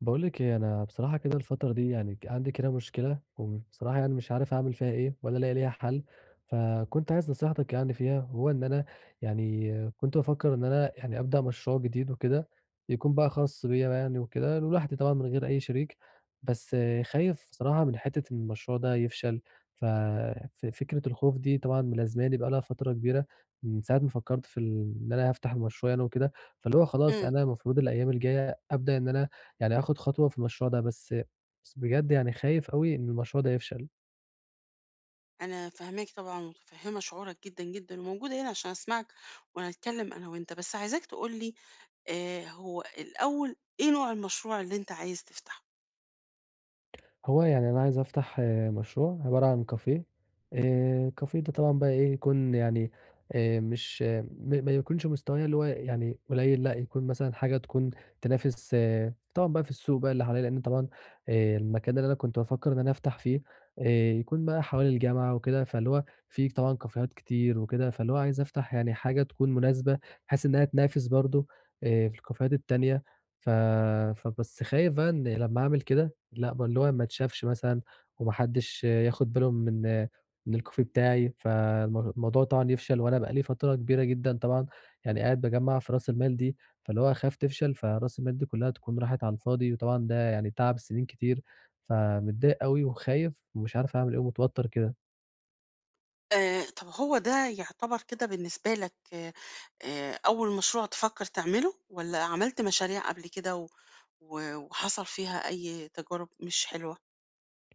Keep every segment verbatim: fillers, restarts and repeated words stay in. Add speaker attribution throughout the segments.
Speaker 1: باقول لِك إيه، أنا بصراحة كده الفترة دي يعني ك عندي كده مشكلة، وبصراحة يعني مش عارف أعمل فيها إيه ولا ألاقي ليها حل، فكنت عايز نصيحتِك يعني فيها، وهو إن أنا يعني كنت بافكّر إن أنا يعني أبدأ مشروع جديد وكده، يكون بقى خاص بيّا يعني وكده، لوحدي طبعًا من غير أي شريك، بس خايف بصراحة من حتّة إن المشروع ده يفشل، ف ف فكرة الخوف دي طبعًا ملازماني بقى لها فترة كبيرة، من ساعة ما فكّرت في ال إن أنا هافتح المشروع يعني وكده، فاللي هو خلاص
Speaker 2: امم،
Speaker 1: أنا المفروض الأيام الجاية أبدأ إن أنا يعني آخُد خطوة في المشروع ده، بس بس بجد يعني خايف أوي إن المشروع ده يفشل.
Speaker 2: أنا فاهماك طبعًا ومتفهمة شعورك جدًا، جدًا، وموجودة هنا عشان أسمعك وهنتكلم أنا وأنت، بس عايزاك تقول لي آآ، هو الأول إيه نوع المشروع اللي أنت عايز تفتحه؟
Speaker 1: هو يعني أنا عايز أفتح آآ مشروع عبارة عن كافيه، آآ الكافيه ده طبعًا بقى إيه، يكون يعني آآ مش آه، م ما يكونش مستواه اللي هو يعني قليل، لأ يكون مثلًا حاجة تكون تنافس آه، طبعًا بقى في السوق بقى اللي حواليّا، لإن طبعًا آآ المكان اللي أنا كنت بافكر إن أنا أفتح فيه آآ يكون بقى حوالي الجامعة وكده، فاللي هو في طبعًا كافيهات كتير وكده، فاللي هو عايز أفتح يعني حاجة تكون مناسبة بحيث إنها تنافس برضه آآ في الكافيهات التانية، ف فبس خايف بقى إن لمّا أعمل كده لأ، ما اللي هو ما اتشافش مثلًا وما حدّش ياخُد باله من من الCoffee بتاعي، فالم الموضوع طبعًا يفشل وأنا بقى لي فترة كبيرة جدًا طبعًا يعني قاعد باجمّع في رأس المال دي، فاللي هو أخاف تفشل، فرأس المال دي كُلّها تكون راحت على الفاضي وطبعًا ده يعني تعب سنين كتير، فمتضايق أوي وخايف ومش عارف أعمل إيه ومتوتّر كده.
Speaker 2: آآ، طب هو ده يعتبر كده بالنسبة لك، آآ، أول مشروع تفكر تعمله، والّا عملت مشاريع قبل كده و و وحصل فيها أي تجارب مش حلوة؟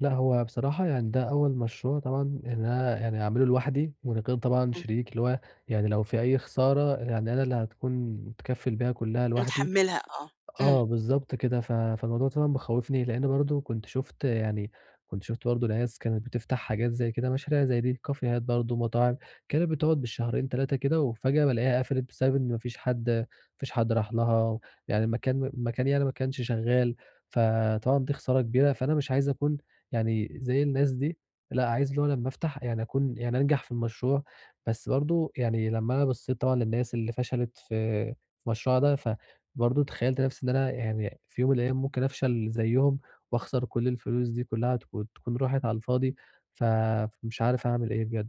Speaker 1: لأ، هو بصراحة يعني ده أول مشروع طبعًا إن أنا يعني أعمله لوحدي من غير طبعًا
Speaker 2: امم،
Speaker 1: شريك، اللي هو يعني لو في أي خسارة يعني أنا اللي هتكون متكفّل بيها كُلّها لوحدي.
Speaker 2: متحملها، آه. امم.
Speaker 1: آه، بالضبط كده، ف فالموضوع طبعًا مخوّفني، لإن برضه كنت شُفت يعني كنت شُفت برضه ناس كانت بتفتح حاجات زي كده، مشاريع زي دي، كافيهات برضه، مطاعم، كانت بتقعد بالشهرين تلاتة كده، وفجأة بالاقيها قفلت بسبب إن ما فيش حد ما فيش حد راح لها، يعني المكان المكان يعني ما كانش شغال، فطبعًا دي خسارة كبيرة، فأنا مش عايز أكون يعني زي الناس دي، لأ، عايز اللي هو لمّا أفتح يعني أكون يعني أنجح في المشروع، بس برضه يعني لمّا أنا بصّيت طبعًا للناس اللي فشلت في في المشروع ده، ف برضه تخيّلت نَفْسي إن أنا يعني في يوم من الأيام ممكن أفشل زيّهم وأخسر كل الفلوس دي كُلّها تكون تكون راحت على الفاضي، ف فمش عارف أعمل إيه بجد.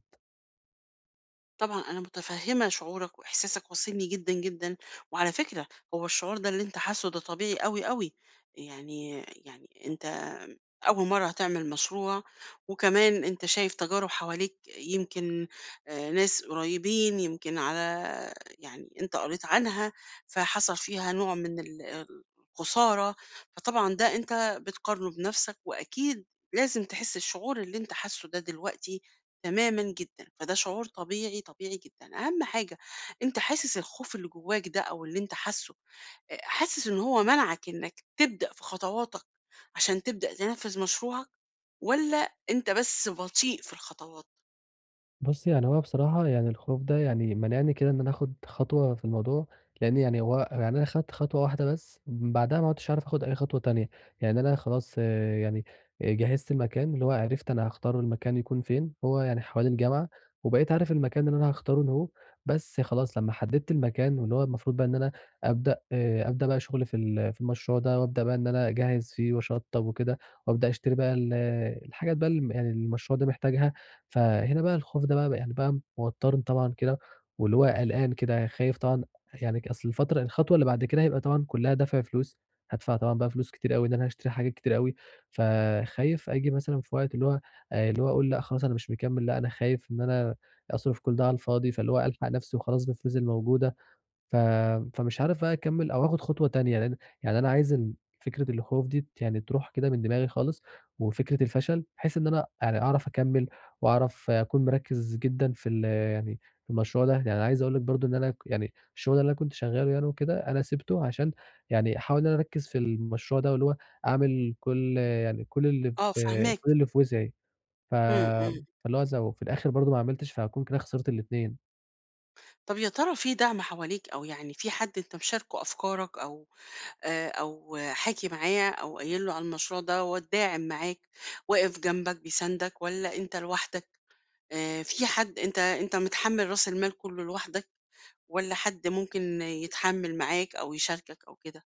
Speaker 2: طبعًا أنا متفهمة شعورك وإحساسك واصلني جدًا، جدًا، وعلى فكرة، هو الشعور ده اللي أنت حاسه ده طبيعي أوي، أوي، يعني يعني أنت أول مرّة هتعمل مشروع، وكمان أنت شايف تجارب حواليك يمكن، آآ، ناس قريبين يمكن، على يعني أنت قريت عنها، فحصل فيها نوع من ال الخسارة، فطبعًا ده أنت بتقارنه بنفسك، وأكيد لازم تحس الشعور اللي أنت حاسه ده دلوقتي تمامًا جدًا، فده شعور طبيعي، طبيعي جدًا. أهم حاجة أنت حاسس الخوف اللي جواك ده أو اللي أنت حاسّه، آآ حاسس إن هو منعك إنك تبدأ في خطواتك عشان تبدأ تنفّذ مشروعك، والّا أنت بس بطيء في الخطوات؟
Speaker 1: بُصّي، يعني هو بصراحة يعني الخوف ده يعني مانعني كده إن أنا آخُد خطوة في الموضوع، لإن يعني هو يعني أنا خدت خطوة واحدة بس، بعدها ما عُدتش عارف آخُد أي خطوة تانية، يعني أنا خلاص آآ يعني آآ جهّزت المكان، اللي هو عرفت أنا هاختار المكان يكون فين، هو يعني حوالي الجامعة، وبقيت عارف المكان اللي أنا هاختاره إن هو بس خلاص لمّا حددت المكان واللي هو المفروض بقى إن أنا أبدأ آآ أبدأ بقى شُغل في ال في المشروع ده، وأبدأ بقى إن أنا أجهّز فيه وأشطّب وكده، وأبدأ أشتري بقى ال الحاجات بقى الم يعني المشروع ده محتاجها. فهنا بقى الخوف ده بقى يعني بقى موتّرني طبعًا كده، واللي هو قلقان كده خايف طبعًا يعني أصل الفترة الخطوة اللي بعد كده هيبقى طبعًا كلّها دفع فلوس، هادفع طبعًا بقى فلوس كتير أوي إن أنا هاشتري حاجات كتير أوي، فخايف آجي مثلًا في وقت اللي هو آآ، اللي هو أقول لأ خلاص أنا مش مكمّل، لأ أنا خايف إن أنا أصرف كل ده على الفاضي، فاللي هو ألحق نفسي وخلاص بالفلوس الموجودة. ف فمش عارف بقى أكمّل أو آخُد خطوة تانية، لإن يعني أنا عايز ال فكرة الخوف دي يعني تروح كده من دماغي خالص، وفكرة الفشل بحيث إن أنا يعني أعرف أكمّل وأعرف أكون مركّز جدًا في ال يعني في المشروع ده، يعني عايز أقول لك برضه إن أنا ك يعني الشغل اللي أنا كنت شغّاله يعني وكده، أنا سِبته عشان يعني أحاول إن أنا أركّز في المشروع ده واللي هو أعمل كل يعني كل اللي
Speaker 2: آه،
Speaker 1: في كل
Speaker 2: فاهماك.
Speaker 1: اللي في وسعي، ف
Speaker 2: إمم، إمم.
Speaker 1: فاللي هو ز وفي الآخِر برضه ما عملتش، فهاكون كده خسرت الاتنين.
Speaker 2: طَب يا ترى في دعم حواليك، أو يعني في حد أنت مشاركه أفكارك، أو آآ أو حاكي معاه، أو قايل له على المشروع دوّة داعم معاك، واقف جنبك بيساندك، والّا أنت لوحدك؟ آآ في حد، أنت أنت متحمّل رأس المال كُلّه لوحدك، والّا حد ممكن يتحمّل معاك أو يشاركك أو كده؟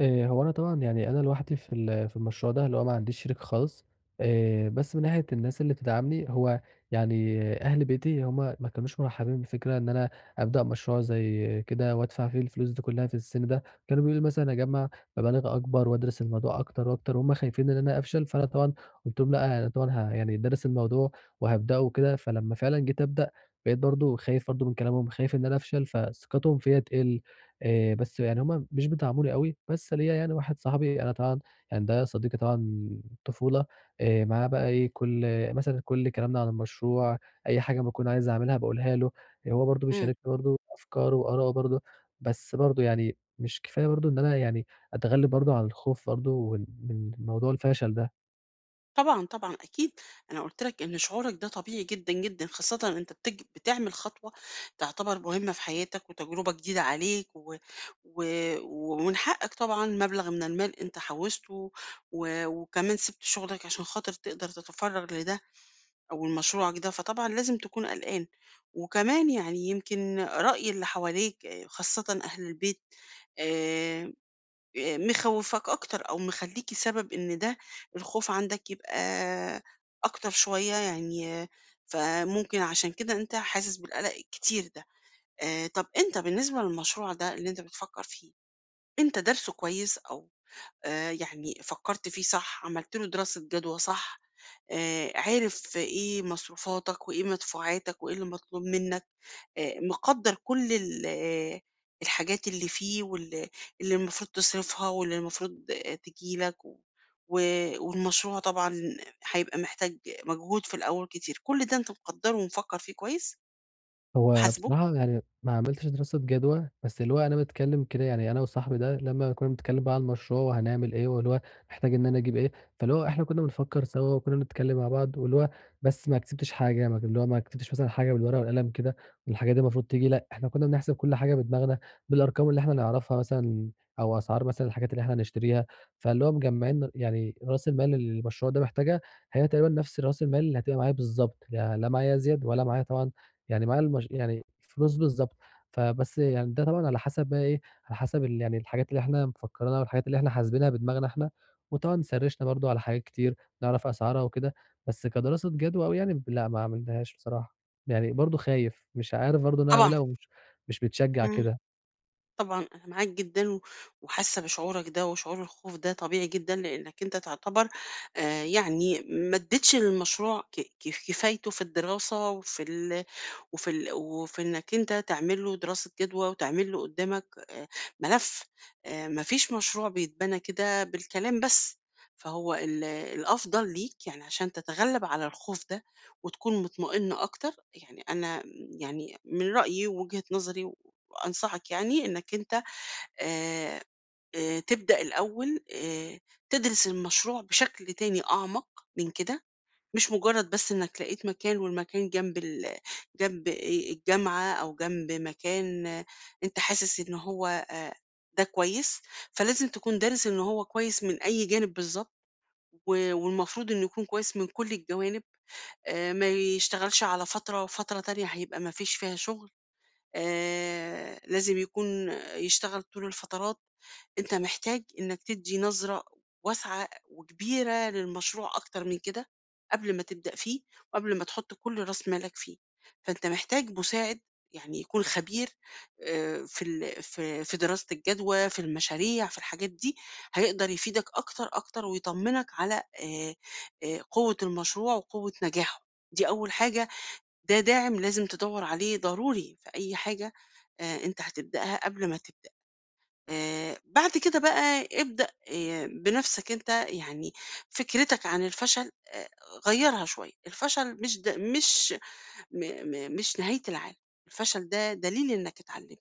Speaker 1: آآ هو أنا طبعًا يعني أنا لوحدي في ال في المشروع ده، اللي هو ما عنديش شريك خالص، آآ بس من ناحية الناس اللي بتدعمني، هو يعني أهل بيتي هم ما كانوش مرحّبين بفكرة إن أنا أبدأ مشروع زي كده وأدفع فيه الفلوس دي كلّها في السِن ده، كانوا بيقولوا لي مثلًا أجمّع مبالغ أكبر وأدرس الموضوع أكتر وأكتر، وهم خايفين إن أنا أفشل، فأنا طبعًا قُلت لهم: "لأ، أنا طبعًا ه يعني دارس الموضوع وهابدأه وكده." فلمّا فعلًا جيت أبدأ، بقيت برضه خايف برضه من كلامهم، خايف إن أنا أفشل، فثقتهم فيّا تقِل. آآ بس يعني هم مش بتاع عمري أوي، بس ليّا يعني واحد صاحبي أنا طبعًا يعني ده صديقي طبعًا طفولة، آآ معاه بقى إيه، كل مثلًا كل كلامنا عن المشروع، أي حاجة أمّا أكون عايز أعملها باقولها له، آه، هو برضه
Speaker 2: إمم.
Speaker 1: بيشاركني برضه أفكاره وآراءه برضه، بس برضه يعني مش كفاية برضه إن أنا يعني أتغلب برضه على الخوف برضه وال من موضوع الفشل ده.
Speaker 2: طبعًا، طبعًا أكيد. أنا قُلت لك إن شعورك ده طبيعي جدًا، جدًا، خاصةً أنت بتج بتعمل خطوة تعتبر مهمة في حياتك وتجربة جديدة عليك، و و ومن حقك طبعًا مبلغ من المال أنت حوّشته، و وكمان سِبت شغلك عشان خاطر تقدر تتفرّغ لده. أول مشروعك ده، فطبعًا لازم تكون قلقان، وكمان يعني يمكن رأي اللي حواليك، آآ، خاصةً أهل البيت، آآ، مخوّفاك أكتر، أو مخلّيك سبب إن ده الخوف عندك يبقى أكتر شوية يعني، آه، فممكن عشان كده أنت حاسس بالقلق الكتير ده. آآ، طَب أنت بالنسبة للمشروع ده اللي أنت بتفكّر فيه، أنت دارسه كويس؟ أو آآ يعني فكّرت فيه صح، عملت له دراسة جدوى صح، آآ عِرِف إيه مصروفاتك وإيه مدفوعاتك وإيه اللي مطلوب منّك، آآ مقدّر كل ال آه، الحاجات اللي فيه، وال اللي المفروض تصرفها، واللي المفروض تيجي لك، و و والمشروع طبعًا هيبقى محتاج مجهود في الأول كتير. كل ده أنت مقدّره ومفكّر فيه كويس
Speaker 1: هو
Speaker 2: وحاسبه؟
Speaker 1: بصراحة يعني ما عملتش دراسة جدوى، بس اللي هو أنا باتكلّم كده يعني أنا وصاحبي ده لمّا كُنّا بنتكلّم بقى على المشروع وهنعمل إيه، واللي هو محتاج إن أنا أجيب إيه، فاللي هو إحنا كُنّا بنفكّر سوا وكُنّا بنتكلّم مع بعض واللي هو بس ما كسبتش حاجة، ما اللي هو ما كسبتش مثلًا حاجة بالورقة والقلم كده والحاجات دي المفروض تيجي لأ، إحنا كُنّا بنحسب كل حاجة بدماغنا، بالأرقام اللي إحنا نعرفها مثلًا أو أسعار مثلًا الحاجات اللي إحنا هنشتريها، فاللي هو مجمّعين يعني رأس المال اللي المشروع ده محتاجها، هي تقريبًا نفس رأس المال اللي هتبقى معايا بالضبط، لا لا معايا زيادة ولا معايا طبعًا يعني معايا المش يعني الفلوس بالضبط، فبس يعني ده طبعًا على حسب بقى إيه، على حسب ال يعني الحاجات اللي إحنا مفكرينها والحاجات اللي إحنا حاسبينها بدماغنا إحنا، وطبعًا سرِّشنا برضه على حاجات كتير، نعرف أسعارها وكده، بس كدراسة جدوى أوي يعني لأ ما عملتهاش بصراحة، يعني برضه خايف، مش عارف برضه إن أنا
Speaker 2: طبعًا.
Speaker 1: أعملها ومش مش متشجّع
Speaker 2: إمم.
Speaker 1: كده.
Speaker 2: طبعًا أنا معاك جدًا، و وحاسة بشعورك ده، وشعور الخوف ده طبيعي جدًا، لإنك أنت تعتبر، آآ يعني، ما اديتش للمشروع ك ك كفايته في الدراسة، وفي ال وفي ال وفي إنك أنت تعمل له دراسة جدوى، وتعمل له قدامك آآ ملف. آآ ما فيش مشروع بيتبنى كده بالكلام بس، فهو ال الأفضل ليك يعني عشان تتغلب على الخوف ده، وتكون مطمئن أكتر. يعني أنا يعني من رأيي ووجهة نظري، وأنصحك يعني إنك أنت، آآ آآ تبدأ الأول آآ تدرس المشروع بشكل تاني أعمق من كده. مش مجرد بس إنك لقيت مكان، والمكان جنب ال جنب آآ الجامعة، أو جنب مكان أنت حاسس إن هو آآ ده كويس. فلازم تكون دارس إن هو كويس من أي جانب بالضبط، و والمفروض إنه يكون كويس من كل الجوانب. آآ ما يشتغلش على فترة وفترة تانية هيبقى ما فيش فيها شغل. آآ، لازم يكون يشتغل طول الفترات. أنت محتاج إنك تدّي نظرة واسعة وكبيرة للمشروع أكتر من كده، قبل ما تبدأ فيه، وقبل ما تحُط كل راس مالك فيه. فأنت محتاج مساعد، يعني يكون خبير، آآ، في ال في في دراسة الجدوى، في المشاريع، في الحاجات دي، هيقدر يفيدك أكتر، أكتر، ويطمّنك على آآ، آآ، قوة المشروع وقوة نجاحه. دي أول حاجة. ده داعم لازم تدوّر عليه ضروري في أي حاجة آآ أنت هتبدأها قبل ما تبدأ. آآ بعد كده بقى ابدأ آآ بنَفْسك أنت، يعني فكرتك عن الفشل، آآ غيّرها شوية. الفشل مش د مش م م مش نهاية العالم، الفشل ده دليل إنّك اتعلّمت،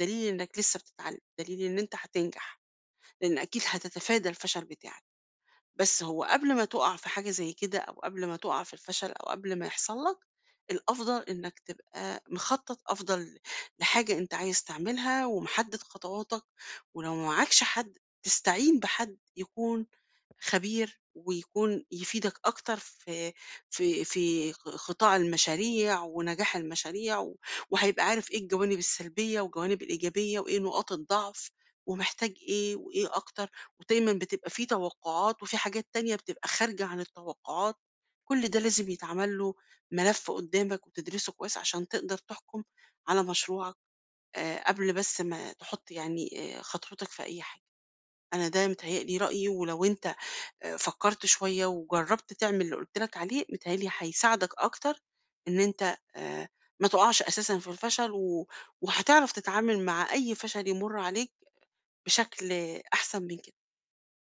Speaker 2: دليل إنّك لسّه بتتعلّم، دليل إن أنت هتنجح، لإن أكيد هتتفادى الفشل بتاعك. بس هو قبل ما تُقع في حاجة زي كده، أو قبل ما تُقع في الفشل، أو قبل ما يحصل لك، الأفضل إنّك تبقى مخطّط أفضل لحاجة أنت عايز تعملها، ومحدد خطواتك. ولو ما معاكش حد، تستعين بحد يكون خبير، ويكون يفيدك أكتر في في في خ- خطاع المشاريع ونجاح المشاريع، و- وهيبقى عارف إيه الجوانب السلبية والجوانب الإيجابية، وإيه نقاط الضعف، ومحتاج إيه وإيه أكتر. ودايما بتبقى فيه توقعات، وفي حاجات تانية بتبقى خارجة عن التوقعات. كل ده لازم يتعمل له ملف قدامك، وتدرسه كويس عشان تقدر تحكم على مشروعك، آه، قبل بس ما تحط يعني، آه، خطوتك في أي حاجة. أنا ده متهيألي رأيي، ولو أنت آآ فكّرت شوية، وجرّبت تعمل اللي قُلت لك عليه، متهيأ لي هيساعدك أكتر إن أنت، آآ ما تُقعش أساسًا في الفشل، و وهتعرف تتعامل مع أي فشل يمُر عليك بشكل أحسن من كده.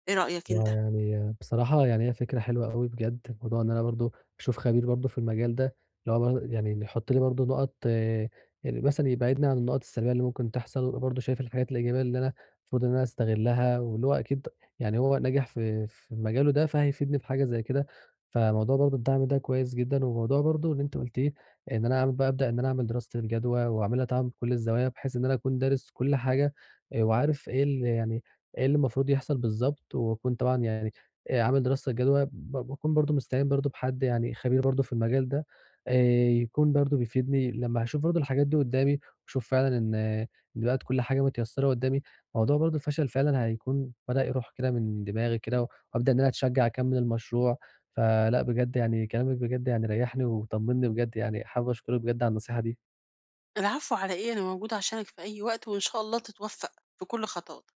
Speaker 2: إيه رأيك أنت؟
Speaker 1: ويعني بصراحة يعني هي فكرة حلوة أوي بجد، موضوع إن أنا برضه أشوف خبير برضه في المجال ده، اللي هو بر يعني اللي يحط لي برضه نقط آه، يعني مثلًا يبعدني عن النقط السلبية اللي ممكن تحصل، ويبقى برضه شايف الحاجات الإيجابية اللي أنا المفروض إن أنا أستغلها، واللي هو أكيد يعني هو ناجح في في مجاله ده، فهيفيدني في حاجة زي كده، فموضوع برضه الدعم ده كويس جدًا، وموضوع برضه اللي أنت قُلتيه إن أنا أعمل بقى أبدأ إن أنا أعمل دراسة الجدوى، وأعملها طبعًا بكل الزوايا، بحيث إن أنا أكون دارس كل حاجة آآ، وعارف إيه ال يعني إيه اللي المفروض يحصل بالضبط، وأكون طبعًا يعني آآ عامل دراسة جدوى ب باكون برضه مستعين برضه بحد يعني خبير برضه في المجال ده، آآ يكون برضه بيفيدني لمّا هاشوف برضه الحاجات دي قدّامي، واشوف فعلًا إن آه، إن بقت كل حاجة متيسّرة قدّامي، موضوع برضه الفشل فعلًا هيكون بدأ يروح كده من دماغي كده، وأبدأ إن أنا أتشجع أكمّل المشروع، فلأ بجد يعني كلامِك بجد يعني ريّحني وطمّني بجد يعني، حابب أشكرِك بجد على النصيحة دي.
Speaker 2: العفو على إيه، أنا موجودة عشانك في أي وقت، وإن شاء الله تتوفّق في كل خطواتك.